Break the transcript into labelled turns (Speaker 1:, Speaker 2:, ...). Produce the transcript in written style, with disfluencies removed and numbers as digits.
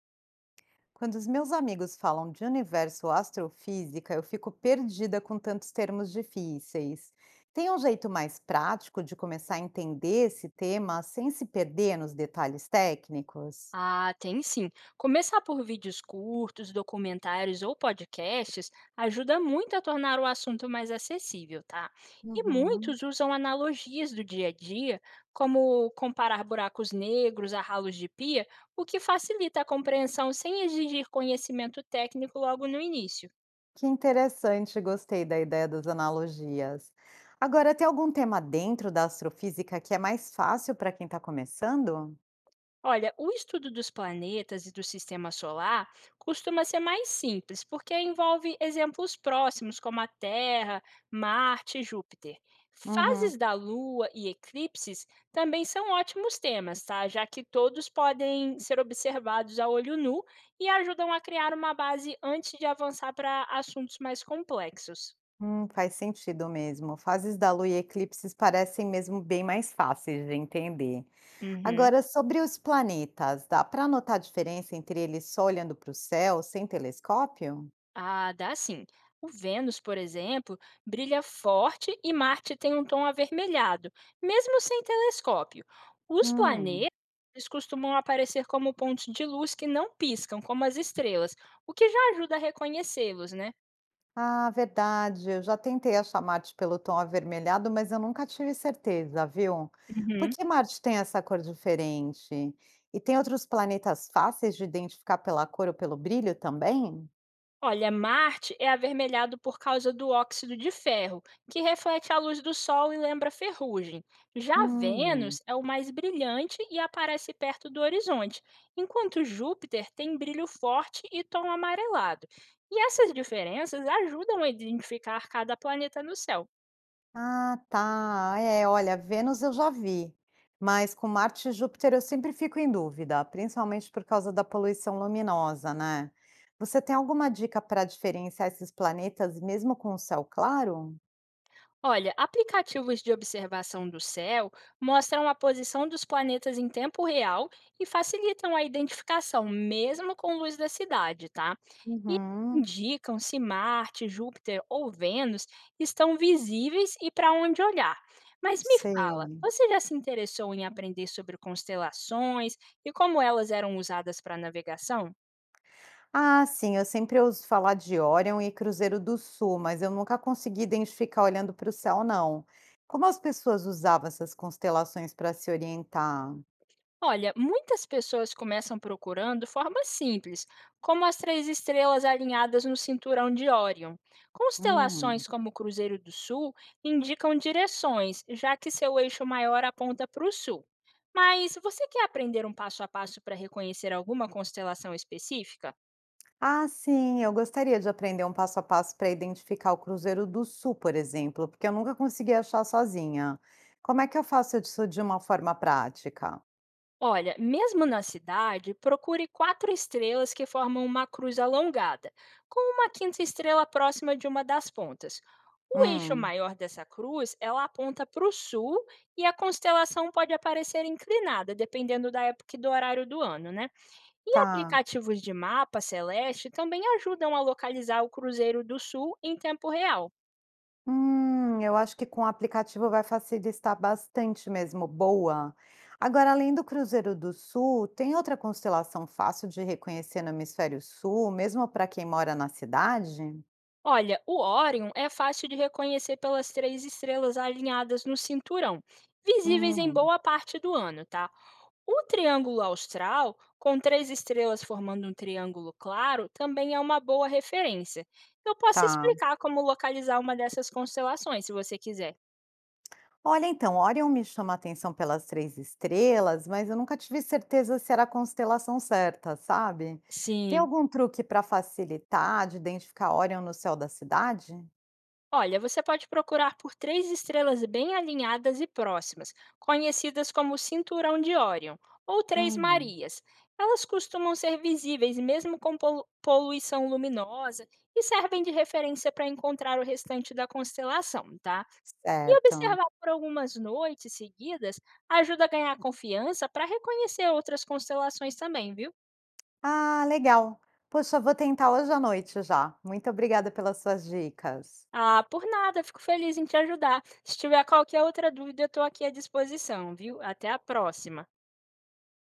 Speaker 1: Quando os meus amigos falam de universo ou astrofísica, eu fico perdida com tantos termos difíceis. Tem um jeito mais prático de começar a entender esse tema sem se perder nos detalhes técnicos?
Speaker 2: Ah, tem sim. Começar por vídeos curtos, documentários ou podcasts ajuda muito a tornar o assunto mais acessível, tá? E
Speaker 1: Uhum.
Speaker 2: muitos usam analogias do dia a dia, como comparar buracos negros a ralos de pia, o que facilita a compreensão sem exigir conhecimento técnico logo no início.
Speaker 1: Que interessante, gostei da ideia das analogias. Agora, tem algum tema dentro da astrofísica que é mais fácil para quem está começando?
Speaker 2: Olha, o estudo dos planetas e do sistema solar costuma ser mais simples, porque envolve exemplos próximos, como a Terra, Marte e Júpiter.
Speaker 1: Uhum.
Speaker 2: Fases da Lua e eclipses também são ótimos temas, tá? Já que todos podem ser observados a olho nu e ajudam a criar uma base antes de avançar para assuntos mais complexos.
Speaker 1: Faz sentido mesmo. Fases da Lua e eclipses parecem mesmo bem mais fáceis de entender.
Speaker 2: Uhum.
Speaker 1: Agora, sobre os planetas, dá para notar a diferença entre eles só olhando para o céu, sem telescópio?
Speaker 2: Ah, dá sim. O Vênus, por exemplo, brilha forte e Marte tem um tom avermelhado, mesmo sem telescópio. Os
Speaker 1: Hum.
Speaker 2: planetas eles costumam aparecer como pontos de luz que não piscam, como as estrelas, o que já ajuda a reconhecê-los, né?
Speaker 1: Ah, verdade. Eu já tentei achar Marte pelo tom avermelhado, mas eu nunca tive certeza, viu? Por
Speaker 2: Uhum.
Speaker 1: que Marte tem essa cor diferente? E tem outros planetas fáceis de identificar pela cor ou pelo brilho também?
Speaker 2: Olha, Marte é avermelhado por causa do óxido de ferro, que reflete a luz do Sol e lembra ferrugem. Já
Speaker 1: Hum.
Speaker 2: Vênus é o mais brilhante e aparece perto do horizonte, enquanto Júpiter tem brilho forte e tom amarelado. E essas diferenças ajudam a identificar cada planeta no céu.
Speaker 1: Ah, tá. É, olha, Vênus eu já vi, mas com Marte e Júpiter eu sempre fico em dúvida, principalmente por causa da poluição luminosa, né? Você tem alguma dica para diferenciar esses planetas mesmo com o céu claro?
Speaker 2: Olha, aplicativos de observação do céu mostram a posição dos planetas em tempo real e facilitam a identificação, mesmo com luz da cidade, tá? E
Speaker 1: Uhum,
Speaker 2: indicam se Marte, Júpiter ou Vênus estão visíveis e para onde olhar. Mas me fala,
Speaker 1: sei.
Speaker 2: você já se interessou em aprender sobre constelações e como elas eram usadas para navegação?
Speaker 1: Ah, sim, eu sempre ouço falar de Órion e Cruzeiro do Sul, mas eu nunca consegui identificar olhando para o céu, não. Como as pessoas usavam essas constelações para se orientar?
Speaker 2: Olha, muitas pessoas começam procurando formas simples, como as três estrelas alinhadas no cinturão de Órion.
Speaker 1: Hum.
Speaker 2: Constelações como o Cruzeiro do Sul indicam direções, já que seu eixo maior aponta para o sul. Mas você quer aprender um passo a passo para reconhecer alguma constelação específica?
Speaker 1: Ah, sim, eu gostaria de aprender um passo a passo para identificar o Cruzeiro do Sul, por exemplo, porque eu nunca consegui achar sozinha. Como é que eu faço isso de uma forma prática?
Speaker 2: Olha, mesmo na cidade, procure quatro estrelas que formam uma cruz alongada, com uma quinta estrela próxima de uma das pontas. O eixo
Speaker 1: Hum,
Speaker 2: maior dessa cruz, ela aponta para o sul e a constelação pode aparecer inclinada, dependendo da época e do horário do ano, né? E
Speaker 1: tá.
Speaker 2: aplicativos de mapa celeste também ajudam a localizar o Cruzeiro do Sul em tempo real.
Speaker 1: Eu acho que com o aplicativo vai facilitar bastante mesmo. Boa. Agora, além do Cruzeiro do Sul, tem outra constelação fácil de reconhecer no hemisfério sul, mesmo para quem mora na cidade?
Speaker 2: Olha, o Órion é fácil de reconhecer pelas três estrelas alinhadas no cinturão, visíveis em
Speaker 1: Hum,
Speaker 2: boa parte do ano, tá? O Triângulo Austral, com três estrelas formando um triângulo claro, também é uma boa referência. Eu posso
Speaker 1: tá.
Speaker 2: explicar como localizar uma dessas constelações, se você quiser.
Speaker 1: Olha, então, Orion me chama a atenção pelas três estrelas, mas eu nunca tive certeza se era a constelação certa, sabe? Tem
Speaker 2: Sim.
Speaker 1: algum truque para facilitar de identificar Orion no céu da cidade?
Speaker 2: Olha, você pode procurar por três estrelas bem alinhadas e próximas, conhecidas como Cinturão de Órion ou Três
Speaker 1: Hum,
Speaker 2: Marias. Elas costumam ser visíveis mesmo com poluição luminosa e servem de referência para encontrar o restante da constelação, tá? E
Speaker 1: certo.
Speaker 2: observar por algumas noites seguidas ajuda a ganhar confiança para reconhecer outras constelações também, viu?
Speaker 1: Ah, legal. Poxa, vou tentar hoje à noite já. Muito obrigada pelas suas dicas.
Speaker 2: Ah, por nada, fico feliz em te ajudar. Se tiver qualquer outra dúvida, eu estou aqui à disposição, viu? Até a próxima.